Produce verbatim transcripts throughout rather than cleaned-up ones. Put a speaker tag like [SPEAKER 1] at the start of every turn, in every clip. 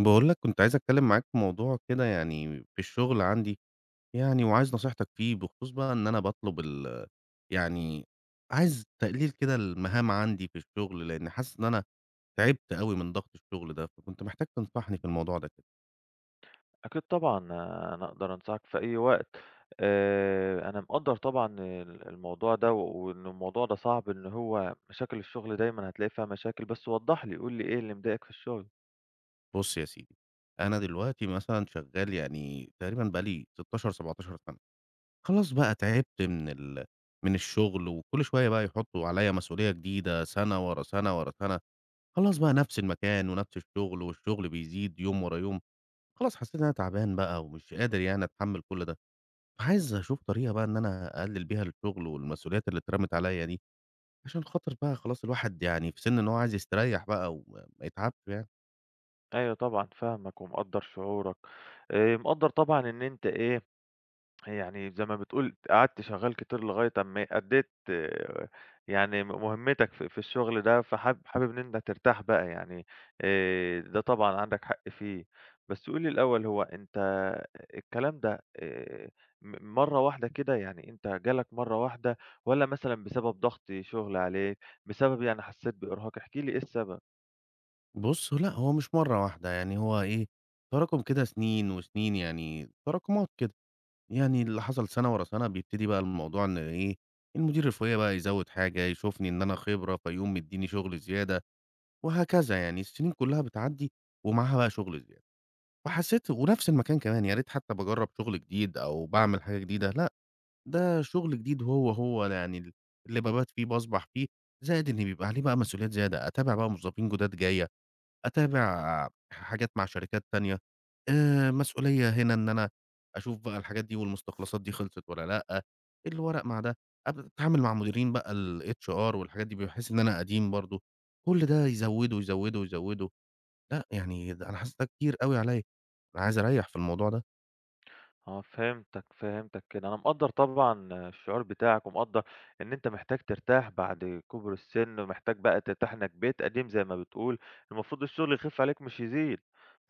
[SPEAKER 1] باقول لك كنت عايز أتكلّم معاك في موضوع كده يعني في الشغل عندي، يعني وعايز نصيحتك فيه بخصوص بقى إن أنا باطلب ال يعني عايز تقليل كده المهام عندي في الشغل، لإن حاسس إن أنا تعبت أوي من ضغط الشغل ده، فكنت محتاج تنصحني في الموضوع ده كده.
[SPEAKER 2] أكيد طبعًا، أنا أقدر أنصحك في أي وقت. آآ، أنا مقدّر طبعًا ال الموضوع ده، و- وإن الموضوع ده صعب، إن هو مشاكل الشغل دايمًا هتلاقي فيها مشاكل، بس وضّح لي، قُل لي إيه اللي مضايقك في الشغل؟
[SPEAKER 1] بُص يا سيدي، أنا دلوقتي مثلًا شغّال يعني تقريبًا بقى لي ستة عشر، سبعة عشر سَنة، خلاص بقى تعبت من ال من الشغل وكل شوية بقى يحطّوا عليّا مسؤولية جديدة سَنة ورا سَنة ورا سَنة، خلاص بقى نفس المكان ونفس الشغل، والشغل بيزيد يوم ورا يوم، خلاص حسّيت إن أنا تعبان بقى ومش قادر يعني أتحمّل كل ده، فعايز أشوف طريقة بقى إن أنا أقلّل بيها الشغل والمسؤوليات اللي اترمت عليَّ دي، عشان خاطر بقى خلاص الواحد يعني في سِن إن هو عايز يستريّح بقى وما ما يتعبش يعني.
[SPEAKER 2] أيوه طبعًا، فاهمك ومقدّر شعورك. آآ، مقدّر طبعًا إن أنت إيه، يعني زي ما بتقول قعدت شغّال كتير لغاية أمّا أدّيت آه، يعني م مهمتك في في الشغل ده، فحاب حابب إن أنت ترتاح بقى يعني. آآ، ده طبعًا عندك حق فيه. بس قُل لي الأول هو أنت الكلام ده، آآ، م مرّة واحدة كده، يعني أنت جالك مرّة واحدة والّا مثلًا بسبب ضغط شغل عليك، بسبب يعني حسّيت بإرهاق؟ احكِ لي إيه السبب؟
[SPEAKER 1] بُص، لأ هو مش مرّة واحدة، يعني هو إيه، تراكُم كده سنين وسنين يعني تراكمات كده، يعني اللي حصل سَنة ورا سَنة بيبتدي بقى الموضوع إن إيه، المدير الفوقيّ بقى يزوّد حاجة، يشوفني إن أنا خبرة فيقوم مدّيني شغل زيادة. وهكذا يعني السنين كلّها بتعدّي ومعاها بقى شغل زيادة، فحسّيت ونفس المكان كمان يا ريت حتى باجرّب شغل جديد أو باعمل حاجة جديدة، لأ ده شغل جديد هو، هو يعني ال اللي بابات فيه باصبح فيه، زائد إن بيبقى عليه بقى مسؤوليات زيادة، أتابع بقى موظفين جداد جَاية أتابع حاجات مع شركات تانية، آآ مسؤولية هنا إن أنا أشوف بقى الحاجات دي والمستخلصات دي خلصت والّا لأ، الورق مع ده، أب أتعامل مع مديرين بقى الHR والحاجات دي، باحس إن أنا قديم برضه، كل ده يزوّده، يزوّده، يزوّده، لأ يعني ده أنا حاسس ده كتير أوي عليَّ، أنا عايز أريّح في الموضوع ده.
[SPEAKER 2] آه، فهمتك، فهمتك كده. أنا مقدّر طبعًا الشعور بتاعك، ومقدّر إن أنت محتاج ترتاح بعد كُبر السِن، ومحتاج بقى ترتاح إنك بيت قديم زي ما بتقول، المفروض الشغل يخِف عليك مش يزيد.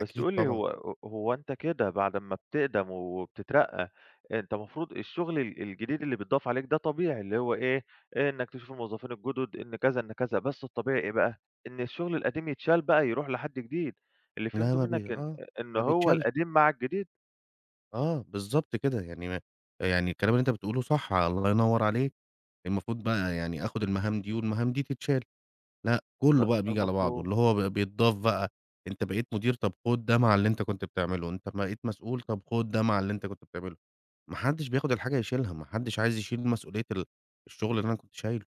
[SPEAKER 2] بس
[SPEAKER 1] أكيد
[SPEAKER 2] قُل لي
[SPEAKER 1] طبعًا.
[SPEAKER 2] هو ه هو أنت كده بعد أمّا بتقدم وبتترقّى، أنت المفروض الشغل ال الجديد اللي بيتضاف عليك ده طبيعي، اللي هو إيه، إيه إنك تشوف الموظفين الجُدد، إن كذا، إن كذا، بس الطبيعي إيه بقى، إن الشغل القديم يتشال بقى يروح لحد جديد. اللي
[SPEAKER 1] لا
[SPEAKER 2] فهمته
[SPEAKER 1] ما بي
[SPEAKER 2] منّك إن
[SPEAKER 1] آه،
[SPEAKER 2] إن
[SPEAKER 1] ما
[SPEAKER 2] هو
[SPEAKER 1] بيتشالش،
[SPEAKER 2] القديم مع الجديد،
[SPEAKER 1] آه بالضبط كده، يعني ما يعني الكلام اللي أنت بتقوله صح، الله ينوّر عليك، المفروض بقى يعني آخد المهام دي والمهام دي تتشال. لأ،
[SPEAKER 2] ده
[SPEAKER 1] كلّه بقى بييجي على بعضه،
[SPEAKER 2] المفروض.
[SPEAKER 1] اللي هو ب بيتضاف بقى، أنت بقيت مدير طَب خُد ده مع اللي أنت كنت بتعمله، أنت بقيت مسؤول طَب خُد ده مع اللي أنت كنت بتعمله، ما حدّش بياخد الحاجة يشيلها، ما حدّش عايز يشيل مسؤولية ال الشغل اللي أنا كنت شايله،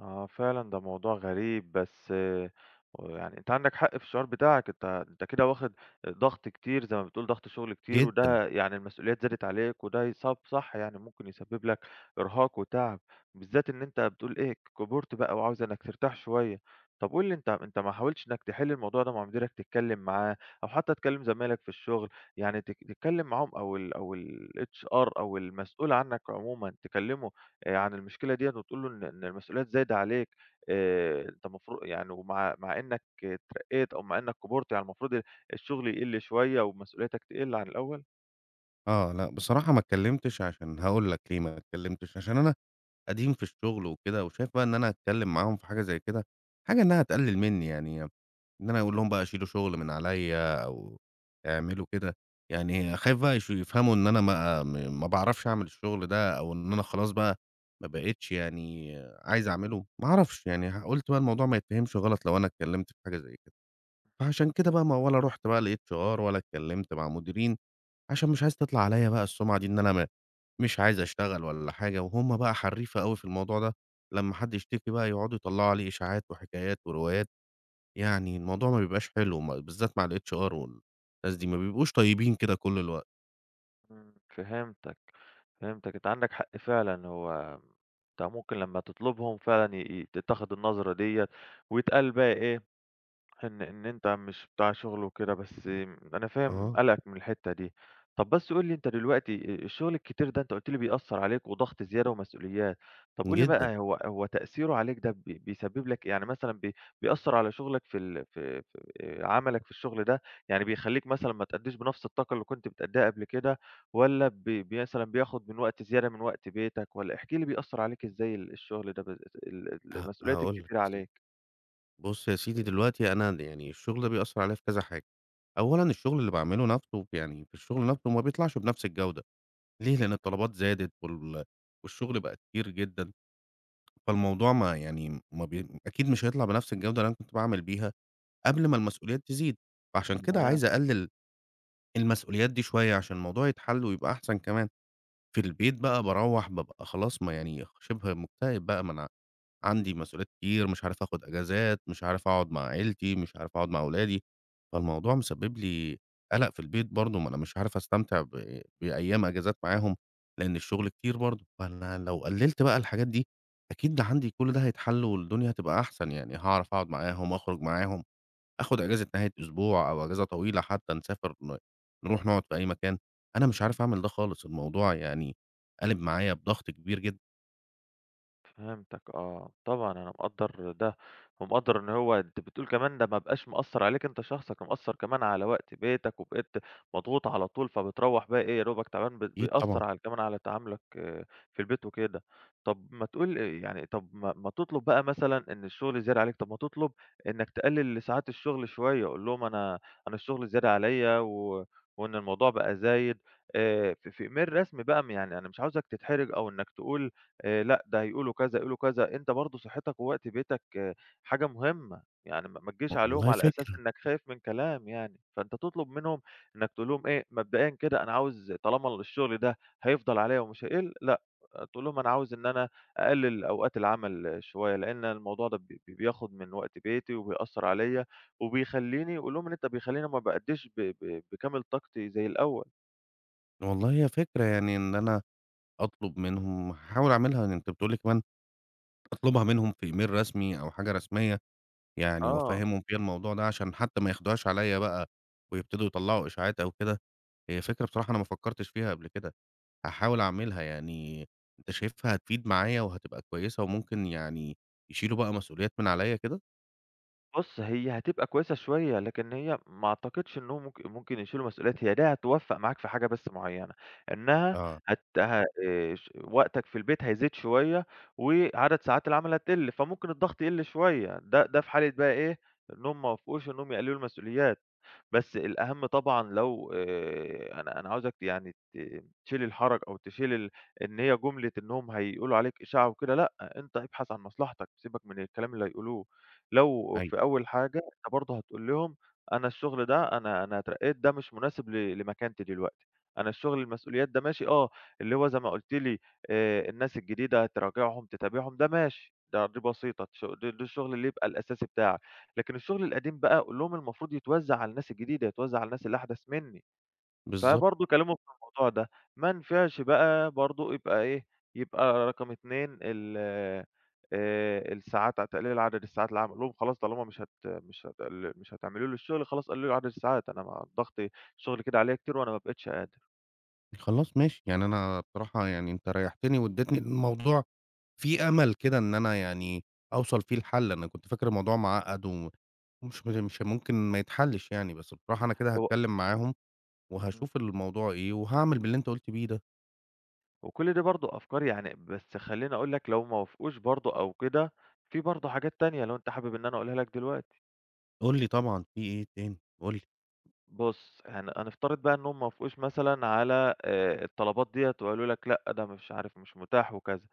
[SPEAKER 2] آه، فعلًا ده موضوع غريب، بس آآ، ويعني أنت عندك حق في الشعور بتاعك، أنت أنت كده واخد ضغط كتير زي ما بتقول، ضغط شغل كتير،
[SPEAKER 1] جدًا.
[SPEAKER 2] وده يعني المسؤوليات زادت عليك، وده يصاب صح يعني، ممكن يسبب لك إرهاق وتعب، بالذات إن أنت بتقول إيه كبرت بقى وعاوز إنك ترتاح شوية. طب قُل لي أنت أنت ما حاولتش إنك تحل الموضوع ده مع مديرك، تتكلم معاه، أو حتى تكلم زمايلك في الشغل، يعني تك تتكلم معاهم، أو ال أو الHR أو المسؤول عنك عمومًا تكلمه، آآ عن المشكلة ديّة، وتقول له إن إن المسؤوليات زايدة عليك، آآ أنت المفروض يعني، ومع مع إنّك اترقّيت أو مع إنّك كبرت، يعني المفروض الشغل يقِل شوية ومسؤوليتك تقِل عن الأول؟
[SPEAKER 1] آه، لأ بصراحة ما اتكلّمتش عشان هاقول لك ليه ما اتكلّمتش، عشان أنا قديم في الشغل وكده، وشايف بقى إن أنا أتكلّم معاهم في حاجة زي كده، حاجة إنها تقلِّل منّي يعني، إن أنا أقول لهم بقى شيلوا شغل من عليّا أو اعملوا كده، يعني خايف بقى يش يفهموا إن أنا ما م ما باعرفش أعمل الشغل ده أو إن أنا خلاص بقى ما بقيتش يعني عايز أعمله، ما أعرفش يعني ه قُلت بقى الموضوع ما يتفهمش غلط لو أنا اتكلّمت في حاجة زي كده، فعشان كده بقى ما ولا رُحت بقى لHR ولا اتكلّمت مع مديرين، عشان مش عايز تطلع عليّا بقى السُمعة دي إن أنا م مش عايز أشتغل ولا حاجة، وهُم بقى حرّيفة أوي في الموضوع ده، لمّا حد يشتكي بقى يقعدوا يطلّعوا عليه إشاعات وحكايات وروايات، يعني الموضوع ما بيبقاش حلو م بالذات مع الHR والناس دي، ما بيبقوش طيبين كده كل الوقت.
[SPEAKER 2] إمم، فهمتك، فهمتك، أنت عندك حق فعلًا. هو أنت ممكن لمّا تطلبهم فعلًا ي ي تتاخد النظرة ديّة، ويتقال بقى إيه، إن إن أنت مش بتاع شغل وكده، بس أنا فاهم
[SPEAKER 1] آه،
[SPEAKER 2] قلقك من الحتّة دي. طَب بس قُل لي أنت دلوقتي، آآ الشغل الكتير ده أنت قُلت لي بيأثّر عليك، وضغط زيادة ومسؤوليات. طَب قُل لي
[SPEAKER 1] جدًا.
[SPEAKER 2] بقى، هو هو تأثيره عليك ده بي بيسبب لك يعني مثلًا، بي بيأثّر على شغلك في ال في في آآ عملك في الشغل ده، يعني بيخلّيك مثلًا ما تأدّيش بنفس الطاقة اللي كنت بتأدّيها قبل كده، والّا بي بي مثلًا بياخُد من وقت زيادة، من وقت بيتك، والّا احكِ لي بيأثّر عليك إزاي ال الشغل ده، ب ال
[SPEAKER 1] ه
[SPEAKER 2] المسؤوليات
[SPEAKER 1] هاقول لك
[SPEAKER 2] الكتيرة
[SPEAKER 1] يا سيدي،
[SPEAKER 2] عليك؟
[SPEAKER 1] بُص يا سيدي دلوقتي أنا د يعني الشغل ده بيأثّر عليَّ في كذا حاجة، أولًا الشغل اللي باعمله نَفْسه يعني في الشغل نَفْسه ما بيطلعش بنَفْس الجودة، ليه؟ لإن الطلبات زادت وال والشغل بقى كتير جدًا، فالموضوع ما يعني ما بي أكيد مش هيطلع بنفس الجودة اللي أنا كنت باعمل بيها قبل ما المسؤوليات تزيد، فعشان كده
[SPEAKER 2] تمام.
[SPEAKER 1] عايز أقلل المسؤوليات دي شوية عشان الموضوع يتحل ويبقى أحسن كمان. في البيت بقى باروّح بابقى خلاص ما يعني شبه مكتئب بقى، ما أنا عندي مسؤوليات كتير، مش عارف آخُد أجازات، مش عارف أقعد مع عيلتي، مش عارف أقعد مع ولادي، فالموضوع مسبب لي قَلَق في البيت برضه، ما أنا مش عارف أستمتع ب بأيام أجازات معاهم، لإن الشغل كتير برضه، فأنا لو قلّلت بقى الحاجات دي، أكيد ده عندي كل ده هيتحل والدنيا هتبقى أحسن، يعني هاعرف أقعد معاهم، أخرج معاهم، آخُد أجازة نهاية أسبوع أو أجازة طويلة حتى نسافر ن نروح نقعد في أي مكان، أنا مش عارف أعمل ده خالص، الموضوع يعني قالب معايا بضغط كبير جدًا،
[SPEAKER 2] فهمتك. آه، طبعًا أنا مقدّر ده، ومقدّر إن هو أنت بتقول كمان ده ما بقاش مأثّر عليك أنت شخصك، مأثّر كمان على وقت بيتك، وبقيت مضغوط على طول، فبتروّح بقى إيه يا دوبك تعبان، ب
[SPEAKER 1] أكيد
[SPEAKER 2] بيأثّر
[SPEAKER 1] طبعًا،
[SPEAKER 2] على كمان على تعاملك آه، في البيت وكده. طب ما تقول إيه، يعني طب ما ما تطلب بقى مثلًا إن الشغل زيادة عليك، طب ما تطلب إنك تقلل ساعات الشغل شوية. قُل لهم أنا أنا الشغل زيادة عليَّ، و وإن الموضوع بقى زايد، آآ في في إيميل رسمي بقى. م يعني أنا مش عاوزك تتحرج أو إنك تقول آآ لأ، ده هيقولوا كذا، يقولوا كذا، أنت برضه صحّتك ووقت بيتك آه، حاجة مهمة، يعني ما ما تجيش عليهم
[SPEAKER 1] والله
[SPEAKER 2] على أساس
[SPEAKER 1] فكرة.
[SPEAKER 2] إنّك خايف من كلام يعني. فأنت تطلب منهم، إنّك تقول لهم إيه، مبدئيًا كده أنا عاوز، طالما الشغل ده هيفضل عليّا ومش هيقِل، لأ، تقول لهم أنا عاوز إن أنا أقلِّل أوقات العمل شوية، لإن الموضوع ده بي بي- بياخُد من وقت بيتي وبيأثّر عليّا وبيخلّيني، قُل لهم إن أنت بيخلّيني ما بأدّيش ب ب بكامل طاقتي زي الأول.
[SPEAKER 1] والله هي فكرة يعني إن أنا أطلب منهم هاحاول أعملها، يعني أنتِ بتقولي كمان أطلبها منهم في إيميل رسمي أو حاجة رسمية يعني
[SPEAKER 2] آه.
[SPEAKER 1] وأفهّمهم فيها الموضوع ده عشان حتى ما ياخدوهاش عليّا بقى ويبتدوا يطلّعوا إشاعات أو كده، هي فكرة بصراحة أنا ما فكّرتش فيها قبل كده، هاحاول أعملها يعني أنت شايفها هتفيد معايا وهتبقى كويسة وممكن يعني يشيلوا بقى مسؤوليات من عليّا كده؟
[SPEAKER 2] بُص، هي هتبقى كويسة شوية، لكن هي ما أعتقدش إنهم ممكن ممكن يشيلوا مسؤوليات، هي دي هتوفّق معاك في حاجة بس معيّنة، إنها
[SPEAKER 1] آه،
[SPEAKER 2] هت ه آآ ش وقتك في البيت هيزيد شوية، وعدد ساعات العمل هتقِل، فممكن الضغط يقِل شوية، ده ده في حالة بقى إيه، إنهم ما وافقوش إنهم يقللوا المسؤوليات. بس الأهم طبعًا لو آآ أنا أنا عاوزك يعني ت تشيل الحرج، أو تشيل ال إن هي جملة إنهم هيقولوا عليك إشاعة وكده، لأ، أنت ابحث عن مصلحتك، سيبك من الكلام اللي هيقولوه. لو
[SPEAKER 1] أيوه،
[SPEAKER 2] في أول حاجة أنت برضه هتقول لهم، أنا الشغل ده أنا أنا اترقيت، ده مش مناسب ل لمكانتي دلوقتي. أنا الشغل المسؤوليات ده ماشي، آه، اللي هو زي ما قُلت لي، آآ الناس الجديدة تراجعهم، تتابعهم، ده ماشي، ده دي بسيطة، ش ده ده الشغل اللي يبقى الأساسي بتاعك. لكن الشغل القديم بقى قُل لهم المفروض يتوزّع على الناس الجديدة، يتوزّع على الناس اللي أحدث منّي،
[SPEAKER 1] بالضبط.
[SPEAKER 2] فبرضه كلمهم في الموضوع ده. ما نفعش بقى برضه يبقى إيه، يبقى رقم اثنين، ال آآ الساعات، تقليل عدد الساعات العمل، قُل لهم خلاص طالما مش هت مش هتقل، مش هتعملوا لي الشغل، خلاص قللوا عدد الساعات، أنا ما الضغط الشغل كده عليّا كتير وأنا ما بقيتش قادر.
[SPEAKER 1] خلاص ماشي، يعني أنا بصراحة يعني أنت ريّحتني وادّيتني الموضوع فيه أمل كده إن أنا يعني أوصل فيه لحل، أنا كنت فاكر الموضوع معقّد و ومش مش ممكن ما يتحلّش يعني، بس بصراحة أنا كده
[SPEAKER 2] هو
[SPEAKER 1] هاتكلّم معاهم
[SPEAKER 2] إمم.
[SPEAKER 1] وهاشوف الموضوع إيه وهاعمل باللي أنت قُلت بيه ده.
[SPEAKER 2] وكل دي برضه أفكار يعني، بس خلّيني أقول لك لو ما وافقوش برضه أو كده، في برضه حاجات تانية لو أنت حابب إن أنا أقولها لك دلوقتي.
[SPEAKER 1] قُل لي طبعًا في إيه تاني، قُل لي.
[SPEAKER 2] بُص، هن هنفترض بقى إنهم ما وافقوش مثلًا على آآ الطلبات ديّة، وقالوا لك لأ، ده مش عارف، مش متاح وكذا،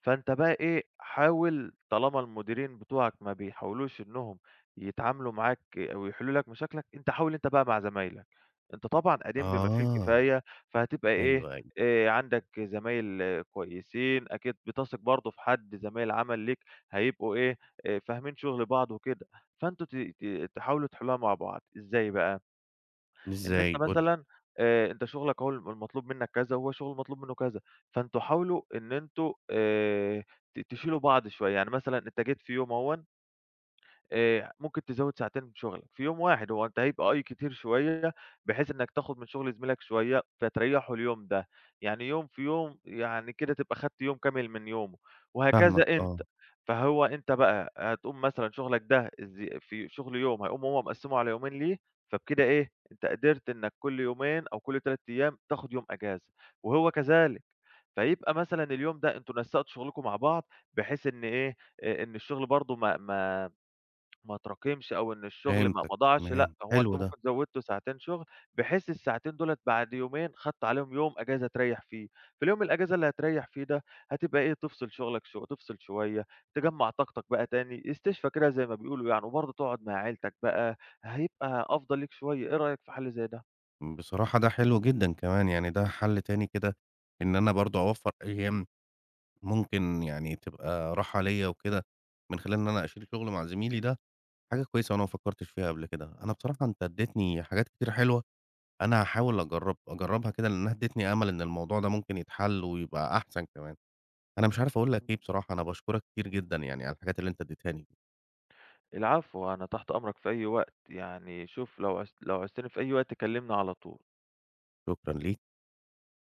[SPEAKER 2] فأنت بقى إيه، حاول طالما المديرين بتوعك ما بيحاولوش إنهم يتعاملوا معاك أو يحلوا لك مشاكلك، أنت حاول أنت بقى مع زمايلك. أنت طبعًا قديم بما فيه
[SPEAKER 1] آه،
[SPEAKER 2] الكفاية، فهتبقى إيه،
[SPEAKER 1] أيوه، أيوه،
[SPEAKER 2] آآ عندك زمايل آه، كويسين، أكيد بتثق برضه في حد، زمايل عمل ليك هيبقوا إيه، آآ فاهمين شغل بعض وكده، فأنتم ت ت تحاولوا تحلوها مع بعض، إزاي بقى؟ إن أنت
[SPEAKER 1] إزاي؟ قُل لي.
[SPEAKER 2] مثلًا، آآ أنت شغلك أهو، الم المطلوب منّك كذا، وهو شغله المطلوب منّه كذا، فأنتم حاولوا إن أنتم آآ ت تشيلوا بعض شوية. يعني مثلًا أنت جيت في يوم أهوًا، آآ ممكن تزوّد ساعتين من شغلك في يوم واحد، هو أنت هيبقى أي كتير شوية، بحيث إنّك تاخُد من شغل زميلك شوية، فتريّحه اليوم ده، يعني يوم في يوم، يعني كده تبقى خدت يوم كامل من يومه،
[SPEAKER 1] فاهمك
[SPEAKER 2] وهكذا أنت.
[SPEAKER 1] آه،
[SPEAKER 2] فهو أنت بقى هتقوم مثلًا شغلك ده، الز في شغل يوم هيقوم هو مقسّمه على يومين ليه، فبكده إيه، أنت قدرت إنّك كل يومين أو كل ثلاثة أيام تاخُد يوم أجازة، وهو كذلك. فيبقى مثلًا اليوم ده أنتم نسّقتوا شغلكم مع بعض، بحيث إن إيه، آآ إن الشغل برضه ما ما ما اتراكمش، أو إن الشغل ما
[SPEAKER 1] فهمتك
[SPEAKER 2] ما ضاعش، لأ،
[SPEAKER 1] تمام،
[SPEAKER 2] هو
[SPEAKER 1] حلو
[SPEAKER 2] أنتم ممكن
[SPEAKER 1] ده.
[SPEAKER 2] زوّدتوا ساعتين شغل، بحيث الساعتين دُولة بعد يومين خدت عليهم يوم أجازة تريّح فيه، في اليوم الأجازة اللي هتريّح فيه ده هتبقى إيه، تفصل شغلك شو تفصل شوية، تجمّع طاقتك بقى تاني، استشفا كده زي ما بيقولوا يعني، وبرضه تقعد مع عيلتك بقى، هيبقى أفضل ليك شوية. إيه رأيك في حل زي ده؟
[SPEAKER 1] بصراحة ده حلو جدًا كمان، يعني ده حَل تاني كده إن أنا برضه أوفّر أيام ممكن يعني تبقى راحة ليّا وكده، من خلال إن أنا أشيل شغل مع زميلي ده، حاجة كويسة وأنا ما فكّرتش فيها قبل كده. أنا بصراحة أنت ادّيتني حاجات كتير حلوة، أنا هاحاول أجرّب أجرّبها كده لإنّها ادّتني أمل إن الموضوع ده ممكن يتحل ويبقى أحسن كمان. أنا مش عارف أقول لك إيه بصراحة، أنا باشكرك كتير جدًا يعني على الحاجات اللي أنت ادّيتها لي دي،
[SPEAKER 2] العفو، أنا تحت أمرك في أي وقت، يعني شوف، لو عوزت لو عوزتني في أي وقت كلّمني على طول.
[SPEAKER 1] شكرًا ليك.